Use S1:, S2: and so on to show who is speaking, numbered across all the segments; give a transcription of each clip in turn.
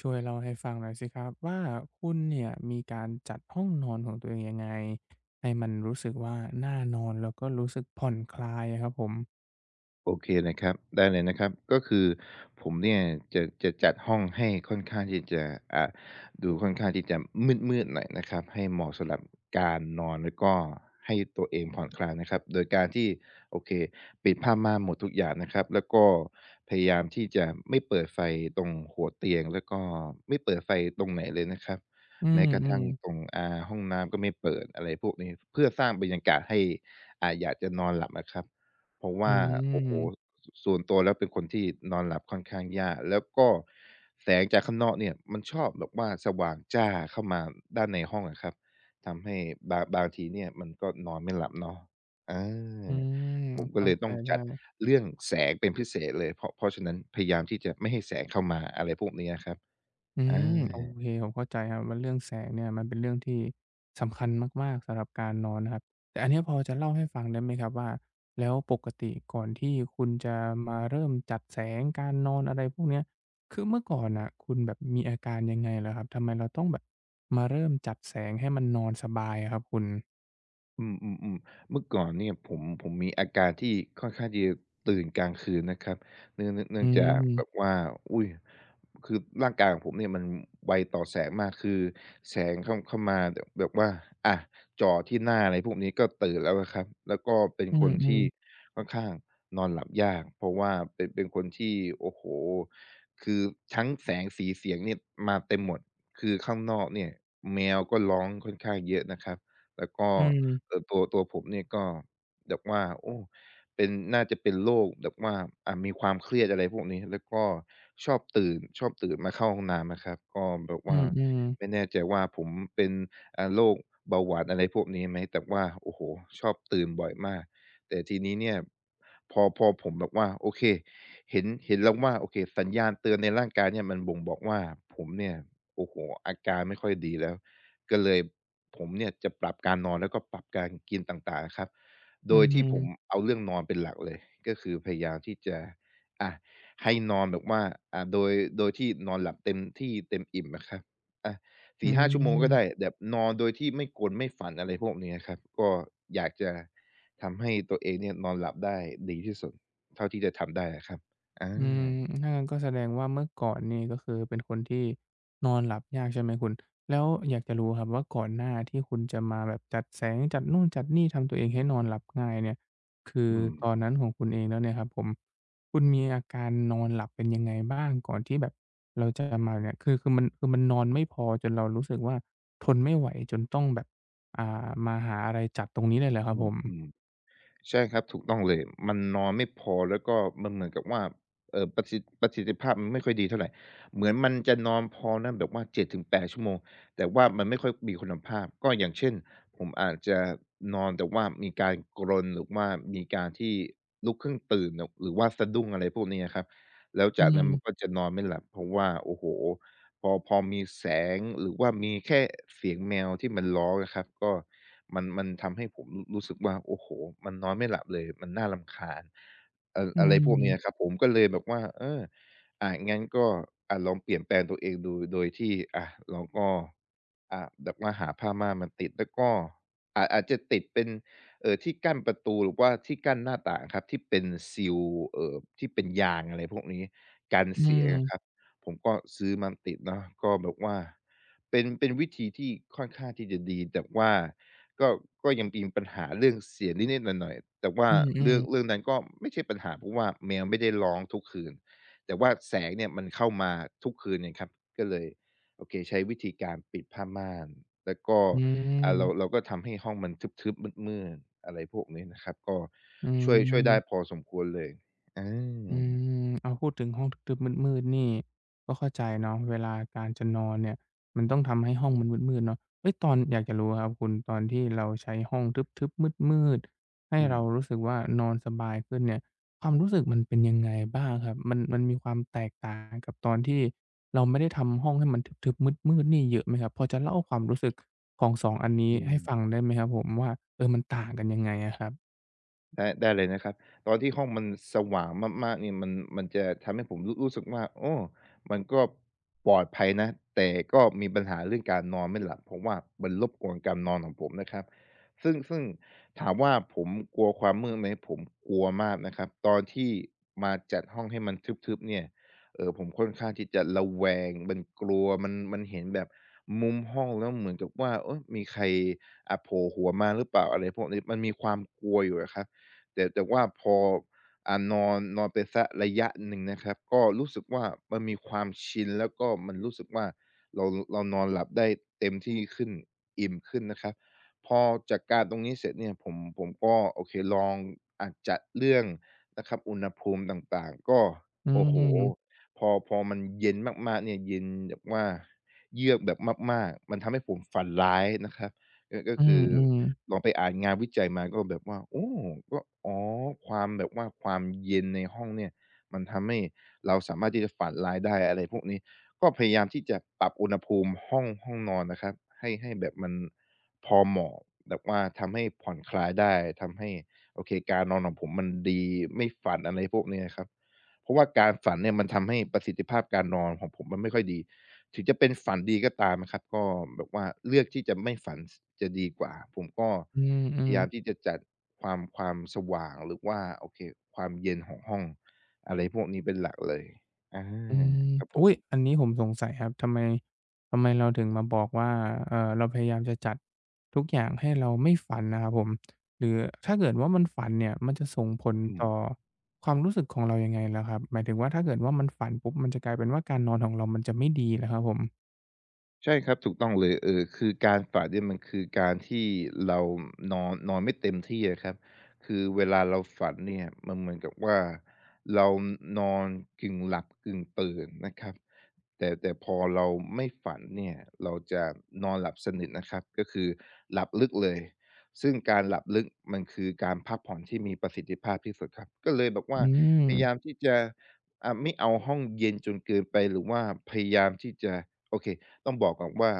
S1: ช่วยเล่าให้ฟังหน่อยสิครับว่าคุณเนี่ยมีการจัดห้องนอนของตัวเองยังไงให้มันรู้สึกว่าน่านอนแล้วก็รู้สึกผ่อนคลายอะครับผม
S2: โอเคนะครับได้เลยนะครับก็คือผมเนี่ยจะจัดห้องให้ค่อนข้างที่จะอ่าดูค่อนข้างที่จะมืดๆหน่อยนะครับให้เหมาะสำหรับการนอนแล้วก็ให้ตัวเองผ่อนคลายนะครับโดยการที่โอเคปิดผ้าม่านหมดทุกอย่างนะครับแล้วก็พยายามที่จะไม่เปิดไฟตรงหัวเตียงแล้วก็ไม่เปิดไฟตรงไหนเลยนะครับ
S1: อื
S2: แม้กระทั่งต
S1: มๆ
S2: รงห้องน้ำก็ไม่เปิดอะไรพวกนี้เพื่อสร้างบรรยากาศให้อยากจะนอนหลับอะครับ เพราะ
S1: อื
S2: ว่าโอ้โฮส
S1: ม
S2: ส่วนตัวแล้วเป็นคนที่นอนหลับค่อนข้างยากแล้วก็แสงจากข้างนอกเนี่ยมันชอบแบบว่าสว่างจ้าเข้ามาด้านในห้องอะครับทำให้บางทีเนี่ยมันก็นอนไม่หลับเนาะอ
S1: อื
S2: า
S1: ม
S2: ผมก็
S1: เข้า
S2: เลย
S1: ใจ
S2: ต้อง
S1: ได้
S2: จัดเรื่องแสงเป็นพิเศษเลยเพราะฉะนั้นพยายามที่จะไม่ให้แสงเข้ามาอะไรพวกเนี้ยครับ
S1: อื
S2: อา
S1: มโอเคผมเข้าใจครับว่าเรื่องแสงเนี่ยมันเป็นเรื่องที่สำคัญมากๆสำหรับการนอนนะครับแต่อันเนี้ยพอจะเล่าให้ฟังได้ไหมครับว่าแล้วปกติก่อนที่คุณจะมาเริ่มจัดแสงการนอนอะไรพวกเนี้ยคือเมื่อก่อนน่ะคุณแบบมีอาการยังไงเหรอครับทำไมเราต้องแบบมาเริ่มจัดแสงให้มันนอนสบายอะครับคุณ
S2: อืมๆๆเมื่อก่อนเนี่ยผมมีอาการที่ค่อนข้างที่จะตื่นกลางคืนนะครับเนื่องเนื่องเนื่
S1: อื
S2: องจากแบบ
S1: ม
S2: ว่าอุ๊ยคือร่างกายของผมเนี่ยมันไวต่อแสงมากคือแสงเข้ามาแบบว่าอ่ะจ่อที่หน้าอะไรพวกนี้ก็ตื่นแล้วครับแล้วก็เป็น
S1: อื
S2: คน
S1: อ
S2: ที่
S1: ๆ
S2: ค่อนข้างนอนหลับยากเพราะว่าเป็นคนที่โอ้โหคือทั้งแสงสีเสียงเนี่ยมาเต็มหมดคือข้างนอกเนี่ยแมวก็ร้องค่อนข้างเยอะนะครับแล้วก็
S1: อืม
S2: ตัวผมเนี่ยก็แบบว่าโอ้เป็นน่าจะเป็นโรคแบบว่ามีความเครียดอะไรพวกนี้แล้วก็ชอบตื่นมาเข้าห้องน้ำอะครับก็แบบ
S1: อื
S2: ว่า
S1: ม
S2: ไม่
S1: ๆ
S2: แน่ใจว่าผมเป็นโรคเบาหวานอะไรพวกนี้ไหมแต่ว่าโอ้โฮชอบตื่นบ่อยมากแต่ทีนี้เนี่ยพอผมแบบว่าโอเคเห็นแล้วว่าโอเคสัญญาณเตือนในร่างกายเนี่ยมันบ่งบอกว่าผมเนี่ยโอ้โฮอาการไม่ค่อยดีแล้ว ก็เลยผมเนี่ยจะปรับการนอนแล้วก็ปรับการกินต่างๆครับ
S1: อื
S2: โดยที่ผม
S1: ม
S2: เอาเรื่องนอนเป็นหลักเลยก็คือพยายามที่จะอะให้นอนแบบว่าอ่าโดยโดยที่นอนหลับเต็มที่เต็มอิ่มอะครับอะ
S1: อื
S2: ้าชั่วโมงก็ได้
S1: ม
S2: แบบนอนโดยที่ไม่กรนไม่ฝันอะไรพวกนี้อะครับก็อยากจะทำให้ตัวเองเนี่ยนอนหลับได้ดีที่สุดเท่าที่จะทำได้อะครับอา
S1: อืมถ้างั้นก็แสดงว่าเมื่อก่อนนี่ก็คือเป็นคนที่นอนหลับยากใช่ไหมคุณ แล้วอยากจะรู้ครับว่าก่อนหน้าที่คุณจะมาแบบจัดแสงจัดนู่นจัดนี่ทำตัวเองให้นอนหลับง่ายเนี่ย คือ
S2: อื
S1: ตอนนั้นของคุณเองแล้วเนี่ยครับผมคุณมีอาการนอนหลับเป็นยังไงบ้างก่อนที่แบบเราจะมาเนี่ยคือมันนอนไม่พอจนเรารู้สึกว่าทนไม่ไหวจนต้องแบบอ่ามาหาอะไรจัดตรงนี้เลยเหรอครับผม
S2: มๆๆ ใช่ครับถูกต้องเลยมันนอนไม่พอแล้วก็มันเหมือนกับว่าประสิทธิภาพมันไม่ค่อยดีเท่าไรเหมือนมันจะนอนพอนะแบบว่า7-8ชั่วโมงแต่ว่ามันไม่ค่อยมีคุณภาพก็อย่างเช่นผมอาจจะนอนแต่ว่ามีการกรนหรือว่ามีการที่ลุกขึ้นตื่นหหรือว่าสะดุ้งอะไรพวกนี้อะครับแล้ว
S1: อื
S2: จากนั้น
S1: ม
S2: มันก็จะนอนไม่หลับเพราะว่าโอ้โฮพอมีแสงหรือว่ามีแค่เสียงแมวที่มันร้องอะครับก็ มันทำให้ผมรู้สึกว่าโอ้โฮมันนอนไม่หลับเลยมันน่ารำคาญอะ
S1: อื
S2: อะไรพวกเนี้ยค
S1: ม
S2: รับผมก็เลยแบบว่าเอองั้นก็ลองเปลี่ยนแปลงตัวเองดูโดยที่เราก็แบบว่าหาผ้าม่านมาติดแล้วก็อาจจะติดเป็นที่กั้นประตูหรือว่าที่กั้นหน้าต่างครับที่เป็นซีลที่เป็นยางอะไรพวกนี้กัน
S1: อื
S2: เสียงอะครับ
S1: ม
S2: ผมก็ซื้อมาติดเนาะก็แบบว่า เป็นวิธีที่ค่อนข้างที่จะดีแต่ว่าก็ยังมีปัญหาเรื่องเสียงนิดๆหน่อยๆแต่ว่า
S1: อืมอืม
S2: เรื่องนั้นก็ไม่ใช่ปัญหาเพราะว่าแมวไม่ได้ร้องทุกคืนแต่ว่าแสงเนี่ยมันเข้ามาทุกคืนไงครับก็เลยโอเคใช้วิธีการปิดผ้าม่านแล้วก็
S1: อื
S2: เรา
S1: ม
S2: ก็ทำให้ห้องมันทึบๆมืดๆอะไรพวกนี้นะครับก็
S1: อื
S2: ช่วยได้พอ
S1: ม
S2: สมควรเลยอ
S1: อื
S2: า
S1: มเอาพูดถึงห้องทึบๆมืดๆนี่ก็เข้าใจเนาะเวลาการจะนอนเนี่ยมันต้องทำให้ห้องมันมืดๆเนาะเฮ้ยตอนอยากจะรู้อะครับคุณตอนที่เราใช้ห้องทึบๆมืดๆให้
S2: อืม
S1: เรารู้สึกว่านอนสบายขึ้นเนี่ยความรู้สึกมันเป็นยังไงบ้างครับมันมีความแตกต่างกับตอนที่เราไม่ได้ทำห้องให้มันทึบๆมืดๆนี่เยอะไหมครับพอจะเล่าความรู้สึกของ2องอันนี้
S2: อื
S1: ให้ฟัง
S2: ม
S1: ได้ไหมครับผมว่าเออมันต่างกันยังไงอะครับ
S2: ได้ได้เลยนะครับตอนที่ห้องมันสว่างมากๆเนี่ยมันมันจะทำให้ผมรู้รู้สึกว่าโอ้มันก็ปลอดภัยนะแต่ก็มีปัญหาเรื่องการนอนไม่หลับเพราะว่ามันรบกวนการนอนของผมนะครับซึ่งถามว่าผมกลัวความมืดไหมผมกลัวมากนะครับตอนที่มาจัดห้องให้มันทึบๆเนี่ยผมค่อนข้างที่จะระแวงมันกลัวมันมันเห็นแบบมุมห้องแล้วเหมือนกับว่าเฮ้ยมีใครโผล่หัวมาหรือเปล่าอะไรพวกนี้มันมีความกลัวอยู่อะครับ แต่ว่าพอนอนนอนไปสักระยะหนึ่งนะครับก็รู้สึกว่ามันมีความชินแล้วก็มันรู้สึกว่าเราเรานอนหลับได้เต็มที่ขึ้นอิ่มขึ้นนะครับพอจัดการตรงนี้เสร็จเนี่ยผมก็โอเคลองจัดเรื่องนะครับอุณหภูมิต่างๆก็
S1: อื
S2: โอ้โฮ
S1: ม
S2: พอมันเย็นมากๆเนี่ยเย็นแบบว่าเยือกแบบมากๆมันทำให้ผมฝันร้ายนะครับก็
S1: อื
S2: คือ
S1: มๆ
S2: ลองไปอ่านงานวิจัยมาก็แบบว่าโอ้ก็อ๋อความแบบว่าความเย็นในห้องเนี่ยมันทำให้เราสามารถที่จะฝันร้ายได้อะไรพวกนี้ก็พยายามที่จะปรับอุณหภูมิห้องนอนนะครับให้แบบมันพอเหมาะแบบว่าทำให้ผ่อนคลายได้ทำให้โอเคการนอนของผมมันดีไม่ฝันอะไรพวกนี้อะครับเพราะว่าการฝันเนี่ยมันทำให้ประสิทธิภาพการนอนของผมมันไม่ค่อยดี ถึงจะเป็นฝันดีก็ตามนะครับก็แบบว่าเลือกที่จะไม่ฝันจะดีกว่าผมก็
S1: อืมอื
S2: พ
S1: ม
S2: ยายามที่จะจัดความสว่างหรือว่าโอเคความเย็นของห้องอะไรพวกนี้เป็นหลักเลยอา
S1: อืม
S2: ครับผ
S1: อุ๊
S2: ม
S1: ยอันนี้ผมสงสัยครับทำไมเราถึงมาบอกว่าเราพยายามจะจัดทุกอย่างให้เราไม่ฝันนะครับผมหรือถ้าเกิดว่ามันฝันเนี่ยมันจะส่งผล
S2: อื
S1: ต่อ
S2: ม
S1: ความรู้สึกของเรายังไงเหรอครับหมายถึงว่าถ้าเกิดว่ามันฝันปุ๊บมันจะกลายเป็นว่าการนอนของเรามันจะไม่ดีเหรอครับผม
S2: ใช่ครับถูกต้องเลยเออคือการฝันเนี่ยมันคือการที่เรานอนนอนไม่เต็มที่อะครับคือเวลาเราฝันเนี่ยมันเหมือนกับว่าเรานอนกึ่งหลับกึ่งตื่นนะครับแต่พอเราไม่ฝันเนี่ยเราจะนอนหลับสนิทนะครับก็คือหลับลึกเลยซึ่งการหลับลึกมันคือการพักผ่อนที่มีประสิทธิภาพที่สุดครับก็เลยแบบว่า
S1: อืม
S2: พยายามที่จะไม่เอาห้องเย็นจนเกินไปหรือว่าพยายามที่จะโอเค ต้องบอกก่อนว่า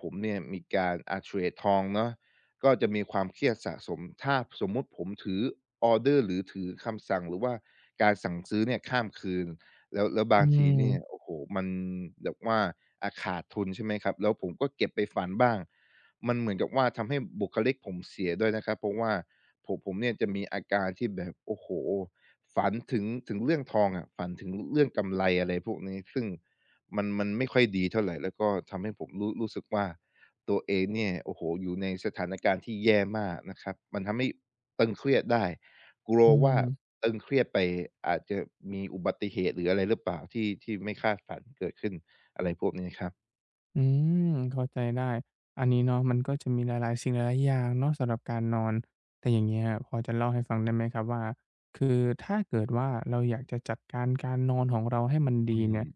S2: ผมเนี่ยมีการเทรดทองเนาะก็จะมีความเครียดสะสมถ้าสมมุติผมถือออร์เดอร์หรือถือคำสั่งหรือว่าการสั่งซื้อเนี่ยข้ามคืนแล้ว
S1: อื
S2: บางที
S1: ม
S2: เนี่ยโอ้โฮมันแบบว่าขาดทุนใช่ไหมครับแล้วผมก็เก็บไปฝันบ้างมันเหมือนกับว่าทำให้บุคลิกผมเสียด้วยนะครับเพราะว่าผมเนี่ยจะมีอาการที่แบบโอ้โฮฝันถึงเรื่องทองอะฝันถึงเรื่องกำไรอะไรพวกนี้ซึ่ง มันไม่ค่อยดีเท่าไหร่แล้วก็ทำให้ผมรู้สึกว่าตัวเองเนี่ยโอ้โฮอยู่ในสถานการณ์ที่แย่มากนะครับมันทำให้ตึงเครียดได้กลัว
S1: อื
S2: ว่า
S1: ม
S2: ตึงเครียดไปอาจจะมีอุบัติเหตุหรืออะไรหรือเปล่าที่ไม่คาดฝันเกิดขึ้นอะไรพวกนี้ครับ
S1: อืมเข้าใจได้อันนี้เนาะมันก็จะมีหลายๆสิ่งหลายๆอย่างเนาะสำหรับการนอนแต่อย่างเงี้ยพอจะเล่าให้ฟังได้ไหมครับว่าคือถ้าเกิดว่าเราอยากจะจัดการการนอนของเราให้มัน
S2: อื
S1: ดีเนี่
S2: ม
S1: ย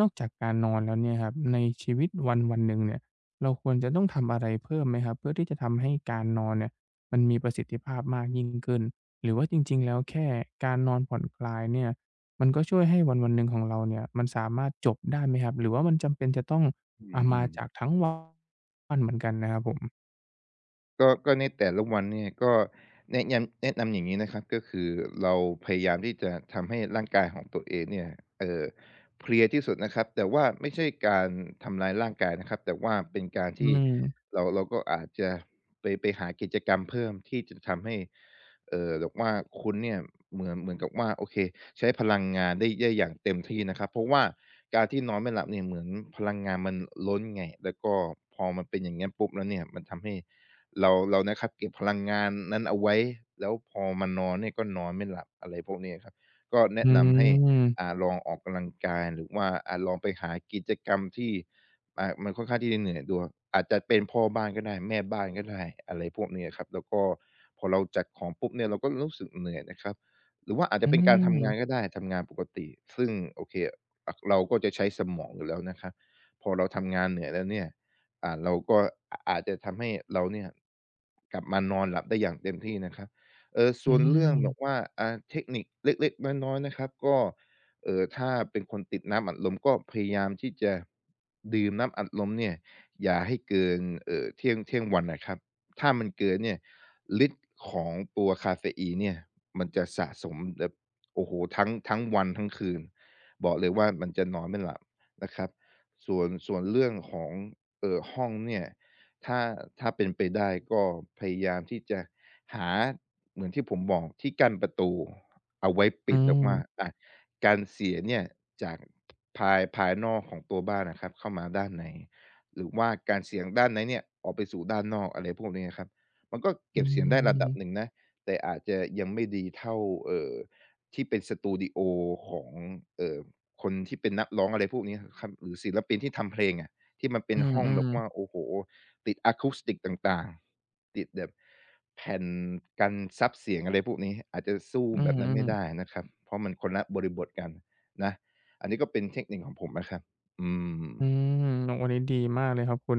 S1: นอกจากการนอนแล้วเนี่ยครับในชีวิตวันวันหนึ่งเนี่ยเราควรจะต้องทำอะไรเพิ่มไหมครับเพื่อที่จะทำให้การนอนเนี่ยมันมีประสิทธิภาพมากยิ่งขึ้นหรือว่าจริง ๆแล้วแค่การนอนผ่อนคลายเนี่ยมันก็ช่วยให้วันวันหนึ่งของเราเนี่ยมันสามารถจบได้ไหมครับหรือว่ามันจำเป็นจะต้อง
S2: อื
S1: อามา
S2: ม
S1: จาก
S2: ๆ
S1: ทั้งวันเหมือนกันนะครับผม
S2: ก็ในแต่ละวันเนี่ยก็แนะยำแนะนำอย่างงี้นะครับก็คือเราพยายามที่จะทำให้ร่างกายของตัวเองเนี่ยเอ่อเพลียที่สุดนะครับแต่ว่าไม่ใช่การทำร้ายร่างกายนะครับแต่ว่าเป็นการ
S1: อื
S2: ที่
S1: ม
S2: เราก็อาจจะไปหากิจกรรมเพิ่มที่จะทำให้แบบว่าคุณเนี่ยเหมือนกับว่าโอเคใช้พลังงานได้อย่างเต็มที่นะครับเพราะว่าการที่นอนไม่หลับเนี่ยเหมือนพลังงานมันล้นไงแล้วก็พอมันเป็นอย่างงั้นปุ๊บแล้วเนี่ยมันทำให้ เรานะครับเก็บพลังงานนั้นเอาไว้แล้วพอมานอนเนี่ยก็นอนไม่หลับอะไรพวกนี้อะครับก็
S1: อื
S2: แนะนำให้
S1: ม
S2: ลองออกกำลังกายหรือว่าลองไปหากิจกรรมที่มันค่อนข้างที่จะเหนื่อยตัวอาจจะเป็นพ่อบ้านก็ได้แม่บ้านก็ได้อะไรพวกนี้อะครับแล้วก็พอเราจัดของปุ๊บเนี่ยเราก็รู้สึกเหนื่อยนะครับหรือว่าอาจจะ
S1: อื
S2: เป็นการ
S1: ม
S2: ทำงานก็ได้ทำงานปกติซึ่งโอเคเราก็จะใช้สมองอยู่แล้วนะครับพอเราทำงานเหนื่อยแล้วเนี่ย เราก็อาจจะทำให้เราเนี่ยกลับมานอนหลับได้อย่างเต็มที่นะครับเออ
S1: อื
S2: ส่วนเรื่องแบบ
S1: ม
S2: ว่าเทคนิคเล็กๆน้อยๆนะครับก็ถ้าเป็นคนติดน้ำอัดลมก็พยายามที่จะดื่มน้ำอัดลมเนี่ยอย่าให้เกินเที่ยงวันน่ะครับถ้ามันเกินเนี่ยฤทธิ์ของตัวกาเฟอีนเนี่ยมันจะสะสมแบบโอ้โฮทั้งวันทั้งคืนบอกเลยว่ามันจะนอนไม่หลับนะครับส่วนเรื่องของ ห้องเนี่ยถ้าถ้าเป็นไปได้ก็พยายามที่จะหาเหมือนที่ผมบอกที่กั้นประตูเอาไว้
S1: อื
S2: ปิดออก
S1: ม
S2: มาการเสียงเนี่ยจากภายนอกของตัวบ้านอะครับเข้ามาด้านในหรือว่าการเสียงด้านในเนี่ยออกไปสู่ด้านนอกอะไรพวกนี้อะครับมันก็
S1: อื
S2: เก็บเสียงได้ระดับ
S1: ม
S2: หนึ่งนะแต่อาจจะยังไม่ดีเท่าเอ่อที่เป็นสตูดิโอของเอ่อคนที่เป็นนักร้องอะไรพวกนี้อะครับหรือศิลปินที่ทำเพลงอะ ที่มันเป็
S1: อื
S2: นห้องแบบว่า
S1: ม
S2: โอ้โฮติดอะคูสติกต่างๆติดแบบแผ่นกันซับเสียงอะไรพวกนี้อาจจะสู้
S1: อื
S2: แบ
S1: ม
S2: บ
S1: อื
S2: นั้น
S1: มอื
S2: ไม่
S1: ม
S2: ได้นะครับเพราะมันคนละบริบทกันนะอันนี้ก็เป็นเทคนิคของผมนะครับอืม
S1: อืมอันนี้ดีมากเลยครับคุณ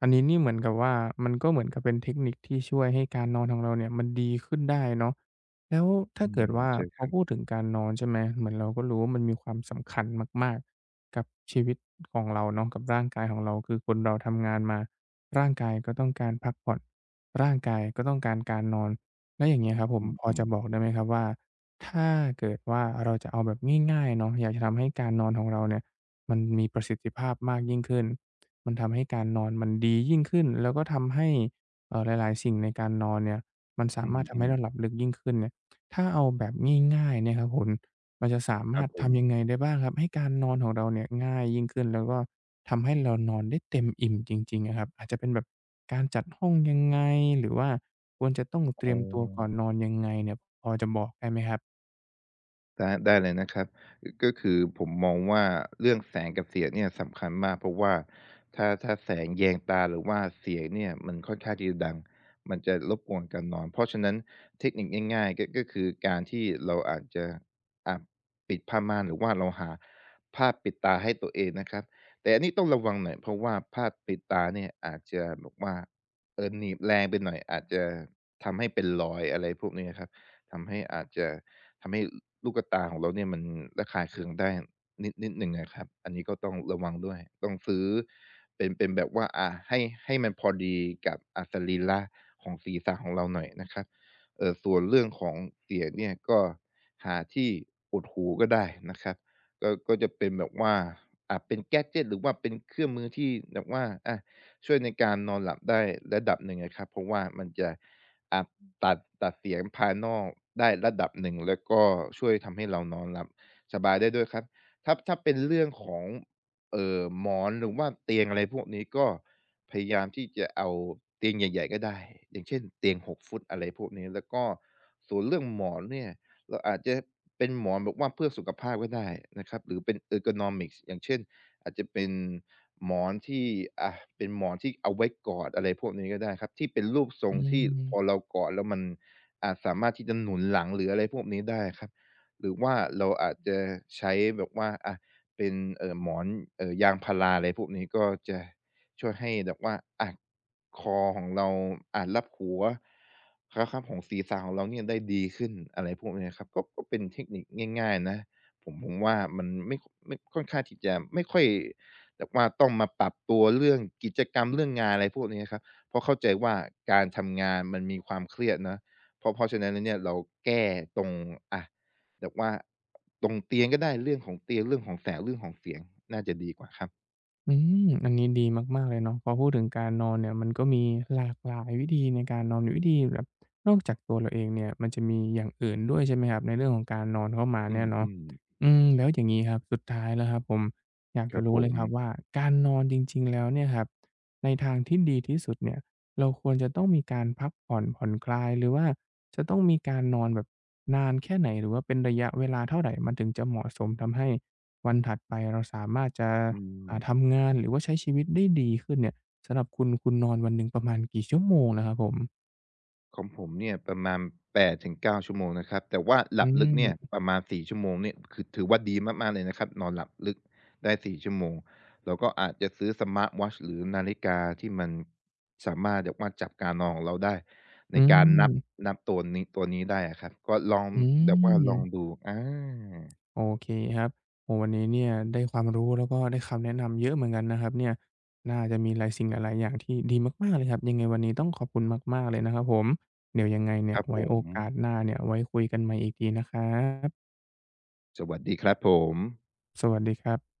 S1: อันนี้นี่เหมือนกับว่ามันก็เหมือนกับเป็นเทคนิคที่ช่วยให้การนอนของเราเนี่ยมันดีขึ้นได้เนาะแล้วถ้า
S2: อื
S1: เกิ
S2: ม
S1: ดว่า
S2: ใช่
S1: พ
S2: ค
S1: อ
S2: รั
S1: พูด
S2: บ
S1: ถึงการนอนใช่ไหมเหมือนเราก็รู้ว่ามันมีความสำคัญมากๆกับชีวิตของเราเนาะกับร่างกายของเราคือคนเราทำงานมาร่างกายก็ต้องการพักผ่อนร่างกายก็ต้องการการนอนแล้วอย่างเงี้ยครับผ
S2: อ
S1: มพอ
S2: ื
S1: จะ
S2: ม
S1: บอกได้ไหมครับว่าถ้าเกิดว่าเราจะเอาแบบง่ายๆเนาะอยากจะทำให้การนอนของเราเนี่ย มันมีประสิทธิภาพมากยิ่งขึ้น มันทำให้การนอนมันดียิ่งขึ้นแล้วก็ทำให้หลายๆสิ่งในการนอนเนี่ยมัน
S2: ๆ
S1: สา
S2: อื
S1: มารถทำให้
S2: ม
S1: เรา
S2: ๆ
S1: หลับลึกยิ่งขึ้นเนี่ยถ้าเอาแบบง่ายๆเนี่ยครับคุณเราจะสา
S2: ค
S1: มา
S2: รับ
S1: รถ
S2: ผม
S1: ทำยังไงได้บ้างครับให้การนอนของเราเนี่ยง่ายยิ่งขึ้นแล้วก็ทำให้เรานอนได้เต็มอิ่มจริงๆอะครับอาจจะเป็นแบบการจัดห้องยังไงหรือว่าควรจะต้องเตรี
S2: อ๋อ
S1: ยมตัวก่อนนอนยังไงเนี่ยพอจะบอกได้ไหมครับ
S2: ได้ได้เลยนะครับก็คือผมมองว่าเรื่องแสงกับเสียงเนี่ยสำคัญมากเพราะว่าถ้าแสงแยงตาหรือว่าเสียงเนี่ยมันค่อนข้างที่จะดังมันจะรบกวนการนอนเพราะฉะนั้นเทคนิคง่ายๆก็คือการที่เราอาจจะอ่ะปิดผ้าม่านหรือว่าเราหาผ้าปิดตาให้ตัวเองนะครับแต่อันนี้ต้องระวังหน่อยเพราะว่าผ้าปิดตาเนี่ยอาจจะแอกว่าเออหนีบแรงไปหน่อยอาจจะทำให้เป็นรอยอะไรพวกนี้ครับทำให้อาจจะ ทำให้ลูกตาของเราเนี่ยมันระคายเคืองได้นิดหนึ่งอะครับอันนี้ก็ต้องระวังด้วยต้องซื้อเป็นแบบว่าให้ให้มันพอดีกับสรีระของศีรษะของเราหน่อยนะครับส่วนเรื่องของเสียงเนี่ยก็หาที่อุดหูก็ได้นะครับก็จะเป็นแบบว่าเป็นแกดเจตหรือว่าเป็นเครื่องมือที่แบบว่าช่วยในการนอนหลับได้ระดับหนึ่งอะครับเพราะว่ามันจะ อ่ะตัดเสียงภายนอกได้ระดับหนึ่งแล้วก็ช่วยทำให้เรานอนหลับสบายได้ด้วยครับถ้าเป็นเรื่องของหมอนหรือว่าเตียงอะไรพวกนี้ก็พยายามที่จะเอาเตียงใหญ่ๆก็ได้อย่างเช่นเตียง6ฟุตอะไรพวกนี้แล้วก็ส่วนเรื่องหมอนเนี่ยเราอาจจะเป็นหมอนแบบว่าเพื่อสุขภาพก็ได้นะครับหรือเป็น ergonomics อย่างเช่นอาจจะเป็น หมอนที่อ่าเป็นหมอนที่เอาไว้กอดอะไรพวกนี้ก็ได้ครับที่เป็นรูปทร
S1: อื
S2: งที่พอ
S1: ม
S2: เรากอดแล้วมันสามารถที่จะหนุนหลังหรืออะไรพวกนี้ได้ครับหรือว่าเราอาจจะใช้แบบว่าเป็นหมอนยางพาราอะไรพวกนี้ก็จะช่วยให้แบบว่าอ่าคอของเรารับหัวครับครับของศีรษะของเราเนี่ยได้ดีขึ้นอะไรพวกนี้ครับก็เป็นเทคนิคง่ายๆนะผมว่ามันไม่ไม่ค่อนข้างที่จะไม่ค่อย แต่ว่าต้องมาปรับตัวเรื่องกิจกรรมเรื่องงานอะไรพวกนี้ครับเพราะเข้าใจว่าการทำงานมันมีความเครียดเนาะเพราะฉะนั้นแล้วเนี่ยเราแก้ตรงอะแบบว่าตรงเตียงก็ได้เรื่องของเตียงเรื่องของแสงเรื่องของเสียงน่าจะดีกว่าครับ
S1: อืมอันนี้ดีมากๆเลยเนาะพอพูดถึงการนอนเนี่ยมันก็มีหลากหลายวิธีในการนอนมีวิธีแบบนอกจากตัวเราเองเนี่ยมันจะมีอย่างอื่นด้วยใช่ไหมครับในเรื่องของการนอนเข้ามา
S2: อื
S1: เนี่ยเนาะ
S2: มๆ
S1: อืมแล้วอย่างงี้ครับสุดท้ายแล้วครับผมอยาก
S2: ค
S1: จะ
S2: รับ
S1: รู้
S2: ผ
S1: เลย
S2: ม
S1: ครับว่าการนอนจริงๆแล้วเนี่ยครับในทางที่ดีที่สุดเนี่ยเราควรจะต้องมีการพักผ่อนผ่อนคลายหรือว่าจะต้องมีการนอนแบบนานแค่ไหนหรือว่าเป็นระยะเวลาเท่าไรมันถึงจะเหมาะสมทำให้วันถัดไปเราสามารถจะ
S2: อืม
S1: ทำงานหรือว่าใช้ชีวิตได้ดีขึ้นเนี่ยสำหรับคุณคุณนอนวันหนึ่งประมาณกี่ชั่วโมงและครับผม
S2: ของผมเนี่ยประมาณ8-9ชั่วโมงนะครับแต่ว่าห
S1: อื
S2: ลับลึกเนี่ย
S1: ม
S2: ประมาณ4ชั่วโมงเนี่ยคือถือว่าดีมากๆเลยนะครับนอนหลับลึกได้4ชั่วโมงเราก็อาจจะซื้อสมาร์ตวอตช์หรือนาฬิกาที่มันสามารถแบบว่าจับการนอนของเราได้ใน
S1: อืม
S2: การนับนับตัวนี้ได้อะครับก็ลอง
S1: อื
S2: แบบว่าลองดู
S1: ม
S2: อา
S1: โอเคครับโอ้วันนี้เนี่ยได้ความรู้แล้วก็ได้คำแนะนำเยอะเหมือนกันนะครับเนี่ยน่าจะมีหลายสิ่งหลายๆอย่างที่ดีมากๆเลยครับยังไงวันนี้ต้องขอบคุณมากๆเลยนะครับผมเดี๋ยวยังไงเนี่
S2: ค
S1: ย
S2: รับผ
S1: ไว้โอ
S2: ม
S1: กาสหน้าเนี่ยไว้คุยกันใหม่อีกทีนะครับ
S2: สวัสดีครับผม
S1: สวัสดีครับ